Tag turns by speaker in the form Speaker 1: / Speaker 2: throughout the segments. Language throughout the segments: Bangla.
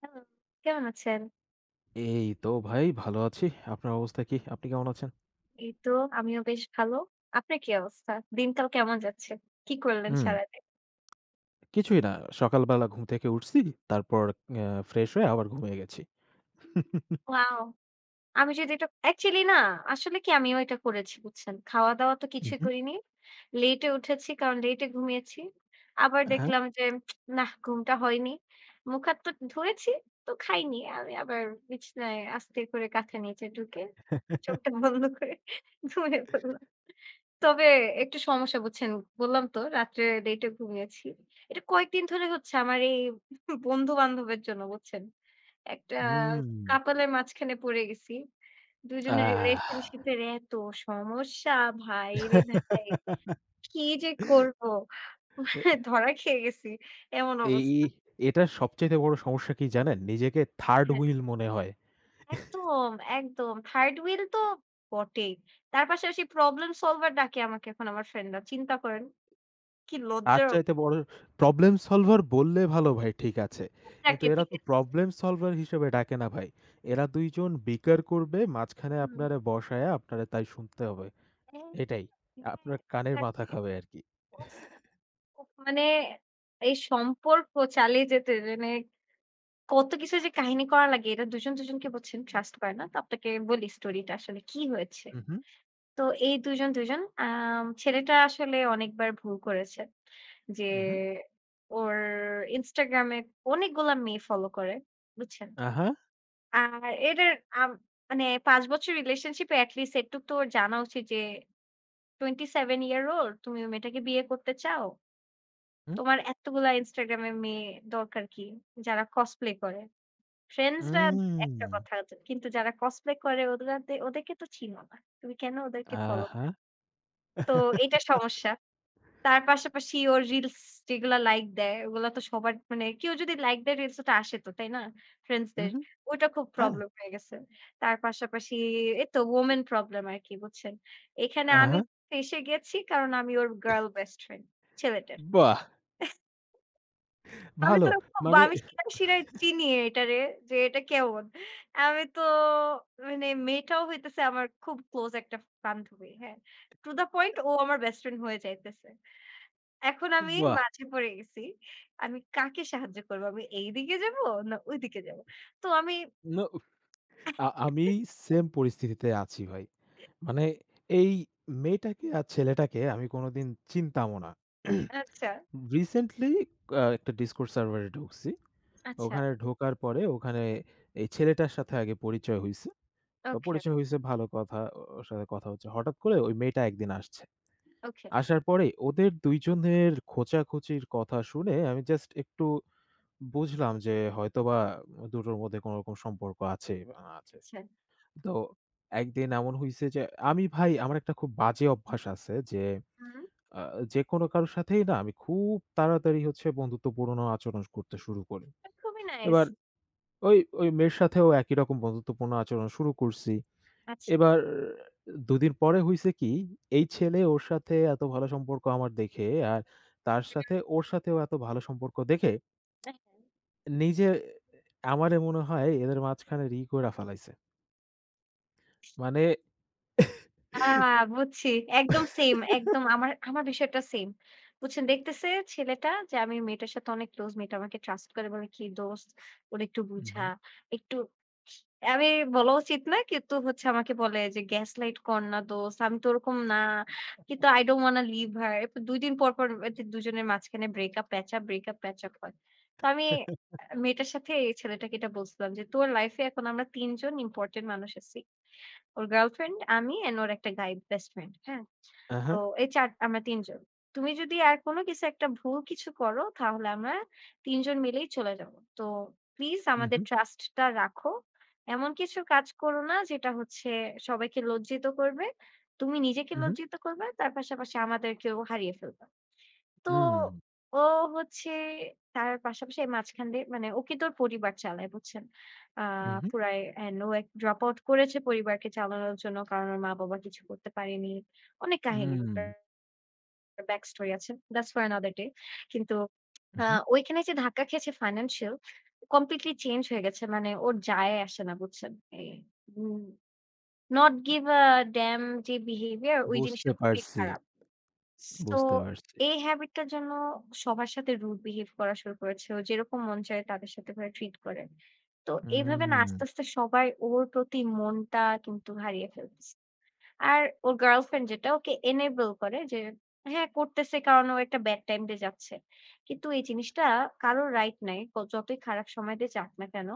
Speaker 1: হ্যালো, কেমন আছেন?
Speaker 2: এই তো ভাই ভালো আছি। আপনার অবস্থা কি? আপনি কেমন আছেন?
Speaker 1: এই তো আমিও বেশ ভালো। আপনার কি অবস্থা? দিনকাল কেমন যাচ্ছে? কি করলেন
Speaker 2: উম
Speaker 1: সারাদিন?
Speaker 2: কিছুই না। সকালবেলা ঘুম থেকে উঠছি। তারপর আ ফ্রেশ হয়ে আবার ঘুমিয়ে গেছি।
Speaker 1: ওয়াও! আমি যদি এটা অ্যাকচুয়ালি না, আসলে কি আমিও এটা করেছি বুঝছেন। খাওয়া-দাওয়া তো
Speaker 2: হুম,
Speaker 1: কিছুই
Speaker 2: হুম।
Speaker 1: করিনি। লেটে উঠেছি কারণ লেটে ঘুমিয়েছি। আবার
Speaker 2: হ্যাঁ।
Speaker 1: দেখলাম যে নাহ ঘুমটা হয়নি। মুখ-হাত তো ধুয়েছি তো খাইনি। আমি আবার বিছানায় আস্তে করে কাঁথা নিচে ঢুকে চোখটা বন্ধ করে ঘুমিয়ে পড়লাম। তবে একটু সমস্যা বুঝছেন, বললাম তো রাত্রে লেটে ঘুমিয়েছি। এটা কয়েকদিন ধরে হচ্ছে আমার এই বন্ধু-বান্ধবের জন্য বুঝছেন। একটা
Speaker 2: উম।
Speaker 1: কাপালের মাঝখানে পড়ে গেছি। ২ জনের
Speaker 2: আহ!
Speaker 1: রিলেশনশিপ এর এত সমস্যা ভাইরে ভাই! কি যে করব? মানে ধরা খেয়ে গেছি। এমন
Speaker 2: এ
Speaker 1: অবস্থা।
Speaker 2: এই এটা সবচাইতে বড় সমস্যা কি জানেন? নিজেকে থার্ড
Speaker 1: হ্যাঁ,
Speaker 2: হুইল মনে হয়।
Speaker 1: একদম, একদম। থার্ড হুইল তো বটেই। তার পাশাপাশি প্রবলেম সলভার ডাকে আমাকে এখন আমার ফ্রেন্ডরা। চিন্তা করেন। কি
Speaker 2: তার
Speaker 1: লজ্জার
Speaker 2: চাইতে
Speaker 1: অবস্থা,
Speaker 2: বড় প্রবলেম সলভার বললে ভালো ভাই ঠিক আছে। কিন্তু
Speaker 1: ডাকে
Speaker 2: এরা তো
Speaker 1: PS।
Speaker 2: প্রবলেম সলভার হিসেবে ডাকে না ভাই। এরা ২ জন বিকার করবে, মাঝখানে
Speaker 1: হুম।
Speaker 2: আপনারে বসায়া আপনারে তাই শুনতে হবে।
Speaker 1: হ্যাঁ,
Speaker 2: এটাই।
Speaker 1: হ্যাঁ,
Speaker 2: আপনার কানের মাথা
Speaker 1: এক্সাক্টলি।
Speaker 2: খাবে আরকি।
Speaker 1: উফ, উফ মানে এই সম্পর্ক চালিয়ে যেতে মানে কত কিছু যে কাহিনী করা লাগে এটা দুজন দুজনকে বলছেন ট্রাস্ট করে না। তো আপনাকে বলি স্টোরিটা আসলে কি হয়েছে।
Speaker 2: উহু,
Speaker 1: তো এই দুজন ছেলেটা আসলে অনেকবার ভুল করেছে। যে
Speaker 2: উহু,
Speaker 1: ওর Instagram এ অনেকগুলা মেয়ে ফলো করে। বুঝছেন?
Speaker 2: আহা,
Speaker 1: আর এটার আম মানে ৫ বছর রিলেশনশিপে এট লিস্ট এটুক তো ওর জানা উচিত যে ২৭ ইয়ার ওল্ড তুমি ওই মেয়েটাকে বিয়ে করতে চাও?
Speaker 2: হু,
Speaker 1: তোমার এতগুলা Instagram এ মেয়ে দরকার কি? যারা cosplay করে। ফ্রেন্ডসরা
Speaker 2: উম,
Speaker 1: একটা কথা আছে। কিন্তু যারা cosplay করে ওদেরকে ওদেরকে তো চিনো না। তুমি কেন ওদেরকে ফলো
Speaker 2: আহা,
Speaker 1: তো এটা সমস্যা। তার পাশাপাশি ওর রিলস যেগুলা লাইক দেয় ওগুলা তো সবার মানে কেউ যদি লাইক দেয় রিলস ওটা আসে তো, তাই না? ফ্রেন্ডসদের।
Speaker 2: উহু,
Speaker 1: ওইটা খুব
Speaker 2: হ্যাঁ,
Speaker 1: প্রবলেম হয়ে গেছে। তার পাশাপাশি এই তো woman প্রবলেম আরকি বুঝছেন? এখানে আমি
Speaker 2: আহা,
Speaker 1: ফেঁসে গেছি কারণ আমি ওর গার্ল বেস্ট ফ্রেন্ড ছেলেটার।
Speaker 2: বাহ!
Speaker 1: আমি
Speaker 2: ভালো।
Speaker 1: তো খুব
Speaker 2: মানে
Speaker 1: আমি শিরায়, শিরায় চিনি এটারে যে এটা কেমন। আমি তো মানে মেয়েটাও হইতেছে আমার খুব ক্লোজ একটা বান্ধবী। হ্যাঁ? টু দ্যা পয়েন্ট ও আমার বেস্ট ফ্রেন্ড হয়ে যাইতেছে। এখন আমি
Speaker 2: বাহ!
Speaker 1: মাঝে পড়ে গেছি। আমি কাকে সাহায্য করব? আমি এইদিকে যাবো না ওইদিকে যাবো? তো আমি
Speaker 2: ন আ আমি সেম পরিস্থিতিতে আছি ভাই। মানে এই মেয়েটাকে আর ছেলেটাকে আমি কোনোদিন চিনতামও না।
Speaker 1: আচ্ছা,
Speaker 2: রিসেন্টলি একটা Discord সার্ভারে ঢুকছি।
Speaker 1: আচ্ছা।
Speaker 2: ওখানে ঢোকার পরে ওখানে এই ছেলেটার সাথে আগে পরিচয় হইছে। তো
Speaker 1: ওকে,
Speaker 2: পরিচয় হইছে ভালো কথা, ও ওর সাথে কথা হচ্ছে। হঠাৎ করে ওই মেয়েটা একদিন আসছে।
Speaker 1: ওকে।
Speaker 2: আসার পরে ওদের ২ জনের খোঁচাখুচির কথা শুনে আমি জাস্ট একটু বুঝলাম যে হয়তোবা দুটোর মধ্যে কোনরকম সম্পর্ক আছে বা না আছে।
Speaker 1: আচ্ছা।
Speaker 2: তো একদিন এমন হইছে যে আমি ভাই আমার একটা খুব বাজে অভ্যাস আছে যে
Speaker 1: হুম।
Speaker 2: আ যেকোনো কারো সাথেই না আমি খুব তাড়াতাড়ি হচ্ছে বন্ধুত্বপূর্ণ আচরণ করতে শুরু করি।
Speaker 1: খুবই নাইস।
Speaker 2: এবার ওই ওই মেয়ের সাথেও একই রকম বন্ধুত্বপূর্ণ আচরণ শুরু করছি।
Speaker 1: আচ্ছা।
Speaker 2: এবার ২ দিন পরে হইছে কি, এই ছেলে ওর সাথে এত ভালো সম্পর্ক আমার দেখে আর তার সাথে ওর সাথেও এত ভালো সম্পর্ক দেখে
Speaker 1: হ্যাঁ, হ্যাঁ।
Speaker 2: নিজে আমারে মনে হয় এদের মাঝখানে রি কইরা ফেলাইছে। মানে
Speaker 1: আ বুঝছি। একদম সেইম, একদম আমার আমার বিষয়টা সেইম। বুঝছেন দেখতেছে ছেলেটা যে আমি মেয়েটার সাথে অনেক ক্লোজ, মেয়েটা আমাকে ট্রাস্ট করে বলে কি দোস্ত ওরে একটু বুঝা,
Speaker 2: উহু।
Speaker 1: একটু আমি বলা উচিত না কিন্তু হচ্ছে আমাকে বলে যে গ্যাসলাইট কর না দোস্ত, আমি তো ওরকম না। কিন্তু I don't wanna leave her. ২ দিন পর, পর এদের দুজনের মাঝখানে ব্রেকআপ প্যাচ-আপ, ব্রেকআপ প্যাচ-আপ হয়। তো আমি মেয়েটার সাথে এই ছেলেটাকে এটা বলছিলাম যে তোর লাইফ এ এখন আমরা ৩ জন ইম্পোর্টেন্ট মানুষ আছি। ওর গার্লফ্রেন্ড, আমি অ্যান্ড ওর একটা গাই বেস্ট ফ্রেন্ড। হ্যাঁ?
Speaker 2: আহা।
Speaker 1: তো এই ৪ আমরা ৩ জন। তুমি যদি আর কোন কিছু একটা ভুল কিছু করো তাহলে আমরা ৩ জন মিলেই চলে যাব। তো প্লিজ আমাদের
Speaker 2: উহু,
Speaker 1: ট্রাস্ট টা রাখো। এমন কিছু কাজ করো না যেটা হচ্ছে সবাইকে লজ্জিত করবে। তুমি নিজেকে
Speaker 2: উহু,
Speaker 1: লজ্জিত করবে, তার পাশাপাশি আমাদেরকেও হারিয়ে ফেলবা। তো
Speaker 2: উম,
Speaker 1: ও হচ্ছে তার পাশাপাশি এর মাঝখান দিয়ে মানে ও কিন্তু ওর পরিবার চালায় বুঝছেন? আ
Speaker 2: উহু,
Speaker 1: পুরাই এন্ড ও এক ড্রপ আউট করেছে পরিবারকে চালানোর জন্য। কারণ ওর মা-বাবা কিছু করতে পারেনি। অনেক কাহিনী ওটার
Speaker 2: উম,
Speaker 1: ব্যাক স্টোরি আছে। That's for another day. কিন্তু আ
Speaker 2: উহু।
Speaker 1: ওইখানে যে ধাক্কা খেয়েছে ফাইন্যান্সিয়াল কমপ্লিটলি চেঞ্জ হয়ে গেছে। মানে ওর যায় আসে না বুঝছেন? এই উম not give
Speaker 2: বু
Speaker 1: a damn যে বিহেভিয়ার ওই
Speaker 2: বুঝতে
Speaker 1: জিনিসটা খুবই
Speaker 2: পারছি,
Speaker 1: খারাপ। সো
Speaker 2: বুঝতে পারছি।
Speaker 1: এই হ্যাবিটটার জন্য সবার সাথে রুড বিহেভ করা শুরু করেছে। ও যেরকম মন চায় তাদের সাথে করে ট্রিট করে। তো এইভাবে না
Speaker 2: উম।
Speaker 1: আস্তে, আস্তে সবাই ওর প্রতি মনটা কিন্তু হারিয়ে ফেলতেছে। আর ওর গার্লফ্রেন্ড যেটা ওকে এনেবল করে যে হ্যাঁ, করতেছে কারণ ও একটা ব্যাড টাইম দিয়ে যাচ্ছে। কিন্তু এই জিনিসটা কারোর রাইট নাই। ক যতই খারাপ সময় দিয়ে যাক না কেন,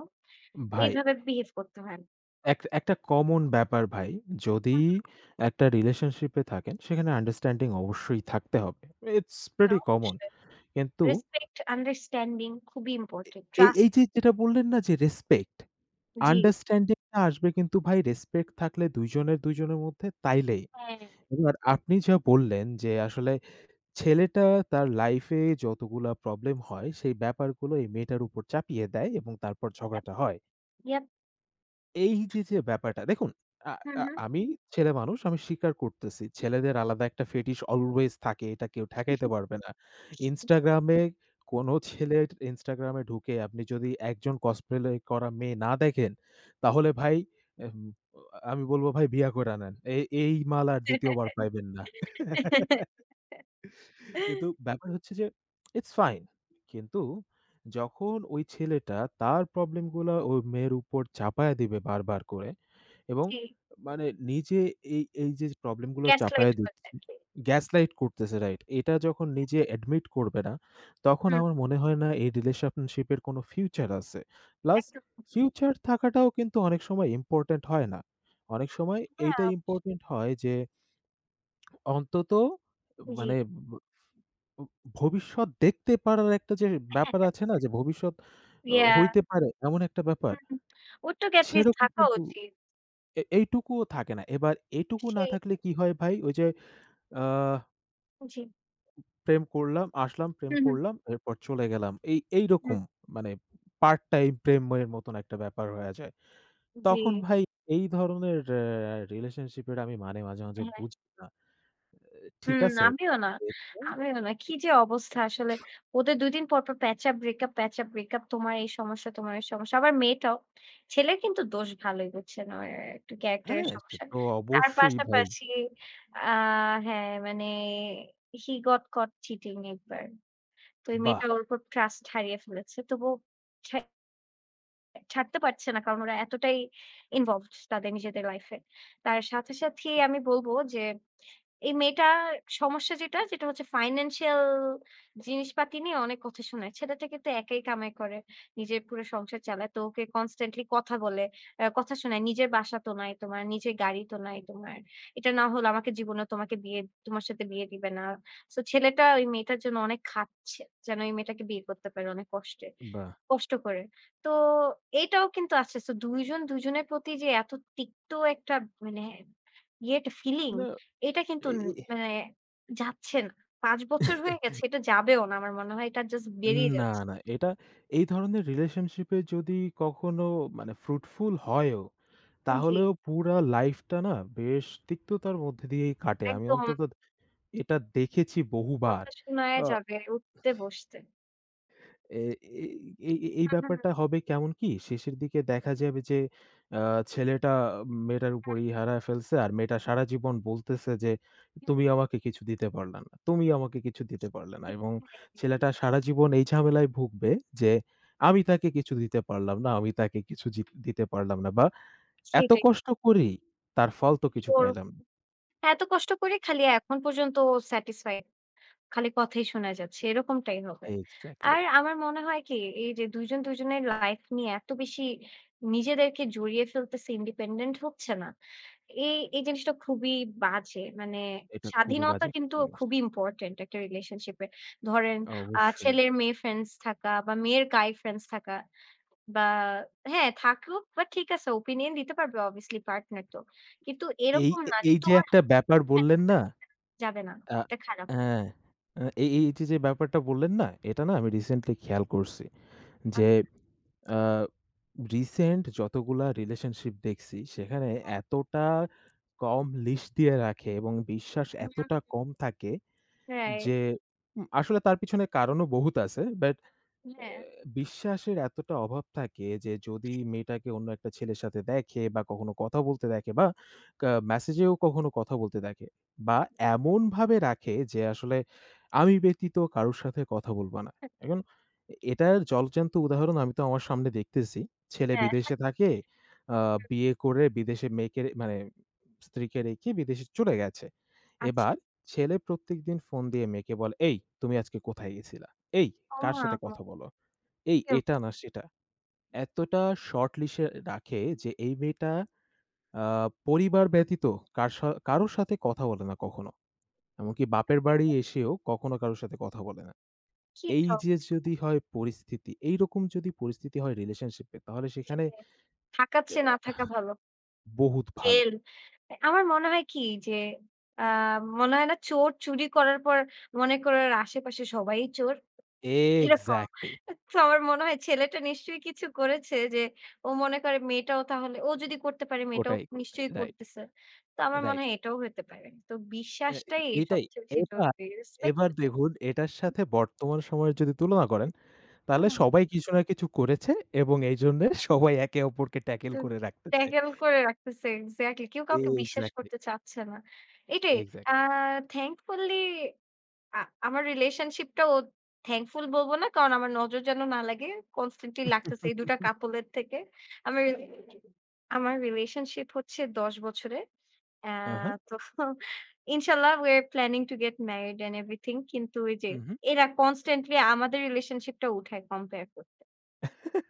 Speaker 2: ভাই,
Speaker 1: এইভাবে বিহেভ করতে হয় না।
Speaker 2: এক একটা কমন ব্যাপার ভাই। যদি
Speaker 1: হুম,
Speaker 2: একটা রিলেশনশিপে থাকেন সেখানে আন্ডারস্ট্যান্ডিং অবশ্যই থাকতে হবে। ইটস প্রিটি
Speaker 1: হ্যাঁ,
Speaker 2: কমন।
Speaker 1: অবশ্যই।
Speaker 2: কিন্তু
Speaker 1: রেসপেক্ট, আন্ডারস্ট্যান্ডিং খুবই ইম্পোর্টেন্ট।
Speaker 2: এই এই
Speaker 1: ট্রাস্ট
Speaker 2: যে যেটা বললেন না যে রেসপেক্ট,
Speaker 1: জি,
Speaker 2: আন্ডারস্ট্যান্ডিং টা আসবে কিন্তু ভাই রেসপেক্ট থাকলে ২ জনের মধ্যে তাইলেই।
Speaker 1: হ্যাঁ,
Speaker 2: এবার আপনি যা বললেন যে আসলে ছেলেটা তার লাইফে যতগুলা প্রবলেম হয়, সেই ব্যাপারগুলো এই মেয়েটার উপর চাপিয়ে দেয় এবং তারপর ঝগড়াটা হয়।
Speaker 1: ইয়াপ
Speaker 2: এই যে, যে ব্যাপারটা দেখুন আ
Speaker 1: হুম,
Speaker 2: আ
Speaker 1: হুম।
Speaker 2: আমি ছেলেমানুষ, আমি স্বীকার করতেছি। ছেলেদের আলাদা একটা fetish অলওয়েজ থাকে। এটা কেউ ঠেকাইতে পারবে না। Instagram এ কোনো ছেলের Instagram এ ঢুকে আপনি যদি একজন cosplay করা মেয়ে না দেখেন, তাহলে ভাই এম আমি বলব ভাই বিয়া কইরা নেন। এই এই মাল আর ২য় বার পাইবেন না। কিন্তু ব্যাপার হচ্ছে যে ইটস ফাইন। কিন্তু যখন ওই ছেলেটা তার প্রবলেম গুলা ওই মেয়ের উপর চাপায়া দিবে বারবার করে এবং
Speaker 1: জি,
Speaker 2: মানে নিজে এই যে প্রবলেম গুলো
Speaker 1: গ্যাসলাইট
Speaker 2: চাপায়া
Speaker 1: করে
Speaker 2: দিচ্ছে,
Speaker 1: আরকি।
Speaker 2: গ্যাসলাইট করতেছে রাইট। এটা যখন নিজে অ্যাডমিট করবে না, তখন
Speaker 1: হুম,
Speaker 2: আমার মনে হয় না এই রিলেশনশিপ এর কোনো ফিউচার আছে। প্লাস
Speaker 1: একদম।
Speaker 2: ফিউচার থাকাটাও কিন্তু অনেক সময় ইম্পোর্টেন্ট হয় না। অনেক সময় এইটা
Speaker 1: হ্যাঁ,
Speaker 2: ইম্পোর্টেন্ট হয় যে অন্তত
Speaker 1: জি।
Speaker 2: মানে উ ভবিষ্যৎ দেখতে পারার একটা যে ব্যাপার
Speaker 1: হ্যাঁ,
Speaker 2: আছে না? যে ভবিষ্যৎ
Speaker 1: ইয়া
Speaker 2: হইতে পারে এমন একটা ব্যাপার,
Speaker 1: হুম, হুম। ওর তো এটলিস্ট
Speaker 2: সেরকম
Speaker 1: থাকা
Speaker 2: কিন্তু
Speaker 1: উচিত।
Speaker 2: এইটুকুও থাকে না। এবার এটুকু না
Speaker 1: সেই
Speaker 2: থাকলে কি হয় ভাই? ওই যে আ
Speaker 1: জি।
Speaker 2: প্রেম করলাম, আসলাম, প্রেম
Speaker 1: হুম, হুম,
Speaker 2: করলাম, এরপর চলে গেলাম। এইরকম
Speaker 1: হুম।
Speaker 2: মানে পার্ট টাইম প্রেমের মতন একটা ব্যাপার হয়ে যায়।
Speaker 1: জি,
Speaker 2: তখন ভাই এই ধরনের রিলেশনশিপের আমি মানে মাঝে, মাঝে
Speaker 1: হ্যাঁ।
Speaker 2: বুঝি না। ঠিক
Speaker 1: হুম,
Speaker 2: আছে
Speaker 1: আমিও না, আমিও না। কি যে অবস্থা আসলে। ওদের ২ দিন পর, পর প্যাচ-আপ ব্রেকআপ, প্যাচ-আপ ব্রেকআপ। তোমার এই সমস্যা, তোমার এই সমস্যা। আবার মেয়েটাও। ছেলের কিন্তু দোষ ভালোই বুঝছেন, ওর একটু ক্যারাক্টার এর
Speaker 2: হ্যাঁ, সে
Speaker 1: সমস্যা।
Speaker 2: তো
Speaker 1: তার
Speaker 2: অবশ্যই ভাই।
Speaker 1: পাশাপাশি আ হ্যাঁ, মানে he got caught cheating একবার। তো এই
Speaker 2: বাহ!
Speaker 1: মেয়েটা ওর উপর ট্রাস্ট হারিয়ে ফেলেছে। তবুও ছাড়তে পারছে না। কারণ ওরা এতটাই ইনভলভড তাদের নিজেদের লাইফ এ। তার সাথে, সাথে আমি বলব যে এই মেয়েটার সমস্যা যেটা হচ্ছে ফাইন্যান্সিয়াল জিনিসপাতি নিয়ে অনেক কথা শোনায়। ছেলেটা কিন্তু একাই কামাই করে। নিজের পুরো সংসার চালায়। তো ওকে কনস্ট্যান্টলি কথা বলে, কথা শোনায়। নিজের বাসা তো নাই তোমার, নিজের গাড়ি তো নাই তোমার। এটা না হলে আমাকে জীবনে তোমাকে বিয়ে তোমার সাথে বিয়ে দিবে না। সো ছেলেটা ওই মেয়েটার জন্য অনেক খাটছে। যেন এই মেয়েটাকে বিয়ে করতে পারে অনেক কষ্টে।
Speaker 2: বাহ!
Speaker 1: কষ্ট করে। তো এটাও কিন্তু আছে। সো ২ জন ২ জনের প্রতি যে এত তিক্ত একটা মানে ইয়েটা ফিলিং
Speaker 2: না
Speaker 1: এটা কিন্তু
Speaker 2: এ
Speaker 1: ন
Speaker 2: এ
Speaker 1: মানে যাচ্ছে না। ৫ বছর হয়ে গেছে এটা যাবেও না আমার মনে হয়। এটা জাস্ট বেরিয়ে
Speaker 2: না,
Speaker 1: যাচ্ছে।
Speaker 2: না। এটা এই ধরনের রিলেশনশিপে যদি কখনো মানে ফ্রুটফুল হয়ও,
Speaker 1: জি,
Speaker 2: তাহলেও পুরা লাইফটা না বেশ তিক্ততার মধ্যে দিয়েই কাটে। আমি
Speaker 1: একদম
Speaker 2: অন্তত এটা দেখেছি বহুবার।
Speaker 1: কথা শোনায়
Speaker 2: আ
Speaker 1: যাবে উঠতে বসতে।
Speaker 2: এ এই এই এই
Speaker 1: হুম, হুম,
Speaker 2: ব্যাপারটা হবে কেমন কি? শেষের দিকে দেখা যাবে যে আ ছেলেটা মেয়েটার উপর ই হারায় ফেলছে আর মেয়েটা সারা জীবন বলতেছে যে,
Speaker 1: হুম, হুম,
Speaker 2: "তুমি আমাকে কিছু দিতে পারলা না, তুমি আমাকে কিছু দিতে পারলে না"
Speaker 1: ঠিক
Speaker 2: এবং
Speaker 1: তাই।
Speaker 2: ছেলেটা সারা জীবন এই ঝামেলায় ভুগবে যে, "আমি তাকে কিছু দিতে পারলাম না, আমি তাকে কিছু জিত দিতে পারলাম না" বা "এত
Speaker 1: সেটাই।
Speaker 2: কষ্ট করি, তার ফল তো কিছু
Speaker 1: ওর
Speaker 2: পাইলাম না"
Speaker 1: এত কষ্ট করে খালি এখন পর্যন্ত স্যাটিসফাইড। খালি কথাই শোনা যাচ্ছে, এরকমটাই হবে।
Speaker 2: এক্সাক্টলি।
Speaker 1: আর আমার মনে হয় কি এই যে ২ জন ২ জনের লাইফ নিয়ে এত বেশি নিজেদেরকে জড়িয়ে ফেলতেছি, ইন্ডিপেন্ডেন্ট হচ্ছে না। এই জিনিসটা খুবই বাজে। মানে
Speaker 2: এটা খুবই
Speaker 1: স্বাধীনতা
Speaker 2: বাজে একটা
Speaker 1: কিন্তু
Speaker 2: জিনিস।
Speaker 1: খুবই ইম্পোর্টেন্ট একটা রিলেশনশিপে। ধরেন
Speaker 2: অবশ্যই।
Speaker 1: ছেলের মেয়ে ফ্রেন্ডস থাকা বা মেয়ের গাই ফ্রেন্ডস থাকা বা হ্যাঁ, থাকুক বা ঠিক আছে ওপিনিয়ন দিতে পারবে অবভিয়াসলি পার্টনার তো। কিন্তু এরকম না যে
Speaker 2: এই যে
Speaker 1: তোমার
Speaker 2: একটা ব্যাপার
Speaker 1: ফ্রেন্ড
Speaker 2: বললেন না?
Speaker 1: যাবে না।
Speaker 2: আ
Speaker 1: এটা খারাপ।
Speaker 2: হ্যাঁ, আ এই এই যে, যে, ব্যাপারটা বললেন না? এটা না আমি রিসেন্টলি খেয়াল করছি যে, আ রিসেন্ট যতগুলা রিলেশনশিপ দেখছি সেখানে এতটা কম লিশ দিয়ে রাখে এবং বিশ্বাস এতটা কম থাকে
Speaker 1: রাইট।
Speaker 2: যে, উম আসলে তার পিছনে কারণও বহুত আছে। বাট এ
Speaker 1: হ্যাঁ,
Speaker 2: বিশ্বাসের এতটা অভাব থাকে যে যদি মেয়েটাকে অন্য একটা ছেলের সাথে দেখে বা কখনো কথা বলতে দেখে বা মেসেজেও কখনো কথা বলতে দেখে বা এমনভাবে রাখে যে আসলে আমি ব্যতীত কারো সাথে কথা বলব না। এখন এটার জলজ্যান্ত উদাহরণ আমি তো আমার সামনে দেখতেছি। ছেলে
Speaker 1: হ্যাঁ।
Speaker 2: বিদেশে থাকে, আ বিয়ে করে বিদেশে মেয়েকে রে- মানে স্ত্রীকে রেখে বিদেশে চলে গেছে।
Speaker 1: আচ্ছা
Speaker 2: এবার ছেলে প্রত্যেকদিন ফোন দিয়ে মেয়েকে বলে, "এই তুমি আজকে কোথায় গেছিলা? এই কার
Speaker 1: ওমা!
Speaker 2: সাথে
Speaker 1: ওমা,
Speaker 2: কথা বলো?" এই
Speaker 1: কি
Speaker 2: এটা
Speaker 1: অবস্থা!
Speaker 2: না সেটা। এতটা শর্ট লিসে রাখে যে এই মেয়েটা আ পরিবার ব্যতীত কারো সাথে কথা বলে না কখনো। এমনকি বাপের বাড়ি
Speaker 1: মানে
Speaker 2: এসেও কখনো কারো সাথে কথা বলে না।
Speaker 1: কি
Speaker 2: এই
Speaker 1: একটা
Speaker 2: যে
Speaker 1: অবস্থা!
Speaker 2: যদি হয় পরিস্থিতি, এইরকম যদি পরিস্থিতি হয় রিলেশনশিপ এ তাহলে সেখানে
Speaker 1: সেটাই। থাকার চেয়ে না
Speaker 2: এ
Speaker 1: থাকা ভালো।
Speaker 2: বহুত ভালো।
Speaker 1: তেল। আমার মনে হয় কি যে আ মনে হয় না চোর চুরি করার পর মনে করে ওর আশেপাশে সবাই চোর। এরকম।
Speaker 2: এক্সাক্টলি
Speaker 1: তো আমার মনে হয় ছেলেটা নিশ্চয়ই কিছু করেছে যে ও মনে করে মেয়েটাও তাহলে ও যদি করতে পারে মেয়েটাও
Speaker 2: ওটাই করবে।
Speaker 1: নিশ্চয়ই
Speaker 2: রাইট,
Speaker 1: করতেছে। তো আমার মনে
Speaker 2: রাইট।
Speaker 1: হয় এটাও হতে পারে। তো
Speaker 2: এ
Speaker 1: বিশ্বাসটাই
Speaker 2: এটাই।
Speaker 1: সবচেয়ে বেশি
Speaker 2: এবার,
Speaker 1: জরুরি।
Speaker 2: এবার
Speaker 1: রেসপেক্ট
Speaker 2: দেখুন এটার সাথে বর্তমান সময়ের যদি তুলনা করেন তাহলে
Speaker 1: হুম।
Speaker 2: সবাই কিছু না কিছু করেছে এবং এইজন্যে সবাই একে অপরকে ট্যাকেল
Speaker 1: আ
Speaker 2: করে রাখতে চায়।
Speaker 1: ট্যাকেল করে রাখতেছে এক্সাক্টলি। কেউ কাউকে বিশ্বাস
Speaker 2: এক্সাক্টলি,
Speaker 1: করতে চাচ্ছে না। এটাই আ
Speaker 2: এক্সাক্টলি।
Speaker 1: থ্যাঙ্কফুলি আ আমার রিলেশনশিপটাও থ্যাঙ্কফুল বলব না। কারণ আমার নজর যেন না লাগে। কনস্ট্যান্টলি লাগতেছে এই ২ টা কাপল এর থেকে। আমার আমার রিলেশনশিপ হচ্ছে ১০ বছরের। আ
Speaker 2: আ হা,
Speaker 1: তো ইনশাআল্লাহ we are planning to get married and everything কিন্তু ওই যে
Speaker 2: উহু।
Speaker 1: এরা কনস্ট্যান্টলি আমাদের রিলেশনশিপটা উঠায় কম্পেয়ার করতে।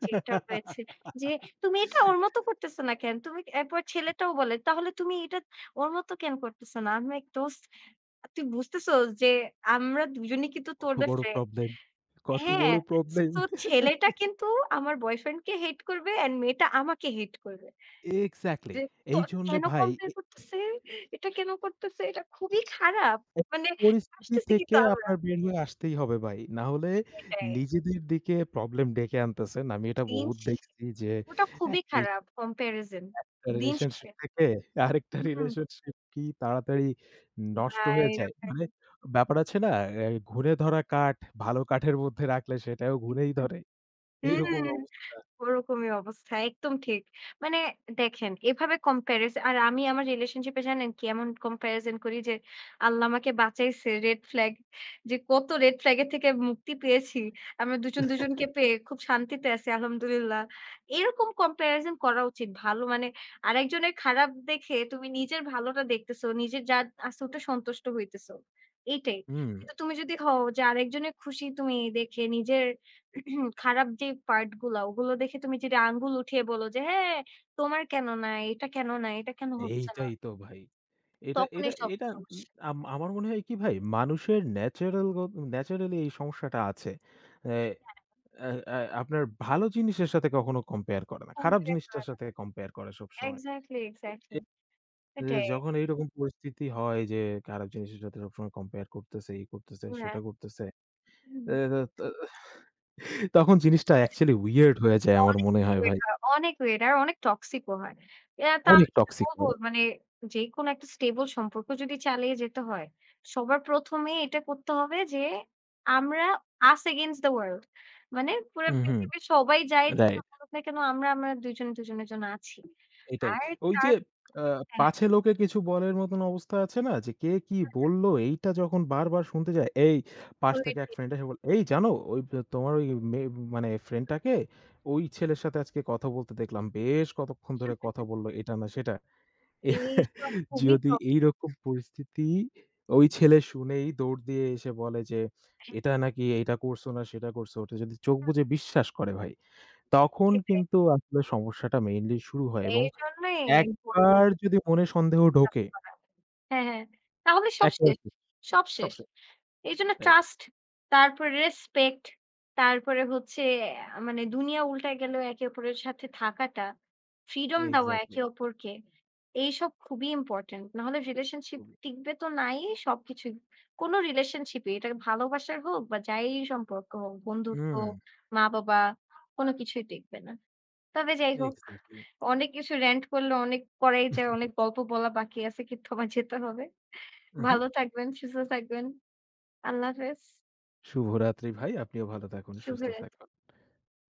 Speaker 1: যেটা হয়েছে যে, "তুমি এটা ওর মত করতেছো না কেন?" তুমি এরপর ছেলেটাও বলে, "তাহলে তুমি এটা ওর মত কেন করতেছো না?" আমি লাইক, "দোস্ত তুই বুঝতেছো যে আমরা দুজনেই কিন্তু
Speaker 2: কত
Speaker 1: তোদের
Speaker 2: বড়
Speaker 1: ফ্রেন্ড।"
Speaker 2: প্রবলেম, কত
Speaker 1: হ্যাঁ,
Speaker 2: বড় প্রবলেম।
Speaker 1: সো ছেলেটা কিন্তু আমার বয়ফ্রেন্ডকে হেট করবে অ্যান্ড মেয়েটা আমাকে হেট করবে।
Speaker 2: এক্সাক্টলি।
Speaker 1: যে তো
Speaker 2: এইজন্যে
Speaker 1: কেন
Speaker 2: ভাই
Speaker 1: কম্পেয়ার
Speaker 2: এ
Speaker 1: করতেছে? এটা কেন করতেছে? এটা খুবই খারাপ।
Speaker 2: এ
Speaker 1: মানে
Speaker 2: পরিস্থিতি
Speaker 1: হাসতেছি
Speaker 2: থেকে
Speaker 1: কিন্তু আমরা।
Speaker 2: আপনার বের হয়ে আসতেই হবে ভাই। না হলে
Speaker 1: সেটাই।
Speaker 2: নিজেদের দিকে প্রবলেম ডেকে আনতেছেন। আমি এটা
Speaker 1: দিন
Speaker 2: বহুত
Speaker 1: শেষে
Speaker 2: দেখছি যে
Speaker 1: ওটা খুবই
Speaker 2: একটা
Speaker 1: খারাপ কম্প্যারিজন।
Speaker 2: একটা
Speaker 1: দিন শেষে
Speaker 2: রিলেশনশিপ থেকে আরেকটা
Speaker 1: হুম।
Speaker 2: রিলেশনশিপ কি তাড়াতাড়ি নষ্ট
Speaker 1: ভাই
Speaker 2: হয়ে
Speaker 1: রে
Speaker 2: যায়।
Speaker 1: ভাই।
Speaker 2: মানে ব্যাপার আছে না? অ্যা ঘুণে ধরা কাঠ ভালো কাঠের মধ্যে রাখলে সেটাও ঘুণেই ধরে। এইরকম
Speaker 1: হুম,
Speaker 2: অবস্থা।
Speaker 1: ওরকমই অবস্থা। একদম ঠিক। মানে দেখেন এভাবে comparison আর আমি আমার রিলেশনশিপ এ জানেন কি এমন comparison করি যে আল্লাহ আমাকে বাঁচাইছে রেড ফ্ল্যাগ যে কত রেড ফ্ল্যাগ এর থেকে মুক্তি পেয়েছি। আমরা দুজন দুজনকে পেয়ে খুব শান্তিতে আছি আলহামদুলিল্লাহ। এরকম comparison করা উচিত। ভালো মানে আরেকজনের খারাপ দেখে তুমি নিজের ভালোটা দেখতেছো, নিজের যা আছে ওটা সন্তুষ্ট হইতেছো। এইটাই।
Speaker 2: হুম,
Speaker 1: কিন্তু তুমি যদি হও যে আরেকজনের খুশি তুমি দেখে নিজের খারাপ যে পার্ট গুলা ওগুলো দেখে তুমি যদি আঙ্গুল উঠিয়ে বলো যে, "হ্যাঁ, তোমার কেন না? এটা কেন না? এটা কেন হচ্ছে না?"
Speaker 2: এইটাই তো ভাই। এটা এটা
Speaker 1: তখনই সব
Speaker 2: এটা উম
Speaker 1: সমস্যা।
Speaker 2: আম আমার মনে হয় কি ভাই মানুষের ন্যাচারাল গত ন্যাচারালি এই সমস্যাটা আছে। অ্যা অ্যা অ্যা আপনার ভালো জিনিসের সাথে কখনো কম্পেয়ার করে না। খারাপ
Speaker 1: কম্পেয়ার
Speaker 2: জিনিসটার
Speaker 1: করে
Speaker 2: সাথে
Speaker 1: না।
Speaker 2: কম্পেয়ার করে সবসময়।
Speaker 1: Exactly, exactly.
Speaker 2: যে
Speaker 1: এটাই।
Speaker 2: যখন এইরকম পরিস্থিতি হয় যে খারাপ জিনিসের সাথে সবসময় কম্পেয়ার করতেছে, এই করতেছে,
Speaker 1: হ্যাঁ।
Speaker 2: সেটা করতেছে।
Speaker 1: হুম।
Speaker 2: এ তো তো তখন জিনিসটা অ্যাকচুয়ালি উইয়ার্ড হয়ে যায় আমার
Speaker 1: অনেক
Speaker 2: মনে হয় ভাই।
Speaker 1: ওয়েদার অনেক টক্সিক ও হয়। এ তো
Speaker 2: অনেক
Speaker 1: আমি যেটা
Speaker 2: টক্সিক
Speaker 1: বলব
Speaker 2: হয়ে যায়।
Speaker 1: মানে যেকোনো একটা স্টেবল সম্পর্ক যদি চালিয়ে যেতে হয়, সবার ১ম এ এটা করতে হবে যে আমরা us against the world মানে পুরা
Speaker 2: হুম, হুম।
Speaker 1: পৃথিবীর সবাই যাই যেটা
Speaker 2: রাইট।
Speaker 1: বলুক না কেন আমরা আমরা দুজনে দুজনের জন্য আছি।
Speaker 2: এটাই।
Speaker 1: আর
Speaker 2: ওই
Speaker 1: তার
Speaker 2: যে আ
Speaker 1: হ্যাঁ,
Speaker 2: পাছে লোকে কিছু বলার মতন অবস্থা আছে না? যে কে কি বলল এইটা যখন বারবার শুনতে যায়, এই পাশ থেকে এক
Speaker 1: politics
Speaker 2: ফ্রেন্ড এসে বলল, "এই জানো ওই ব তোমার ওই মে মানে ফ্রেন্ডটাকে ওই ছেলের সাথে আজকে কথা বলতে দেখলাম। বেশ কতক্ষণ ধরে কথা বলল এটা না সেটা।" এ
Speaker 1: এইসব খুবই
Speaker 2: যদি
Speaker 1: তো
Speaker 2: এইরকম পরিস্থিতি ওই ছেলে শুনেই দৌড় দিয়ে এসে বলে যে,
Speaker 1: হ্যাঁ,
Speaker 2: "এটা নাকি এইটা করছো না সেটা করছো।" ওটা যদি চোখ বুজে বিশ্বাস করে ভাই, তখন
Speaker 1: সেটাই।
Speaker 2: কিন্তু আসলে সমস্যাটা মেইনলি শুরু হয় এবং
Speaker 1: এইজন্যই
Speaker 2: একবার যদি মনে সন্দেহ
Speaker 1: ট্রাস্ট
Speaker 2: ঢোকে,
Speaker 1: করা। হ্যাঁ, হ্যাঁ। তাহলে সব
Speaker 2: একবার
Speaker 1: শেষ,
Speaker 2: শেষ,
Speaker 1: সব
Speaker 2: সব
Speaker 1: শেষ।
Speaker 2: শেষ।
Speaker 1: এইজন্য
Speaker 2: রাইট।
Speaker 1: ট্রাস্ট, তারপরে রেসপেক্ট, তারপরে হচ্ছে মানে দুনিয়া উল্টায় গেলেও একে অপরের সাথে থাকাটা, ফ্রিডম দেওয়া
Speaker 2: এক্সাক্টলি।
Speaker 1: একে অপরকে। এইসব খুবই ইম্পোর্টেন্ট। নাহলে রিলেশনশিপ
Speaker 2: খুবই।
Speaker 1: টিকবে তো নাই সবকিছুই। কোনো রিলেশনশিপই এটা ভালোবাসার হোক বা যাই সম্পর্ক হোক, বন্ধুত্ব,
Speaker 2: হুম,
Speaker 1: মা-বাবা কোনো কিছুই টিকবে না। তবে যাই হোক
Speaker 2: এক্সাক্টলি।
Speaker 1: অনেক কিছু rant করলে অনেক করাই যায়। অনেক গল্প বলা বাকি আছে। কিন্তু আমার যেতে হবে।
Speaker 2: উহু।
Speaker 1: ভালো থাকবেন, সুস্থ থাকবেন। আল্লাহ হাফেজ।
Speaker 2: শুভরাত্রি ভাই। আপনিও ভালো থাকুন, সুস্থ
Speaker 1: শুভরাত।
Speaker 2: থাকুন।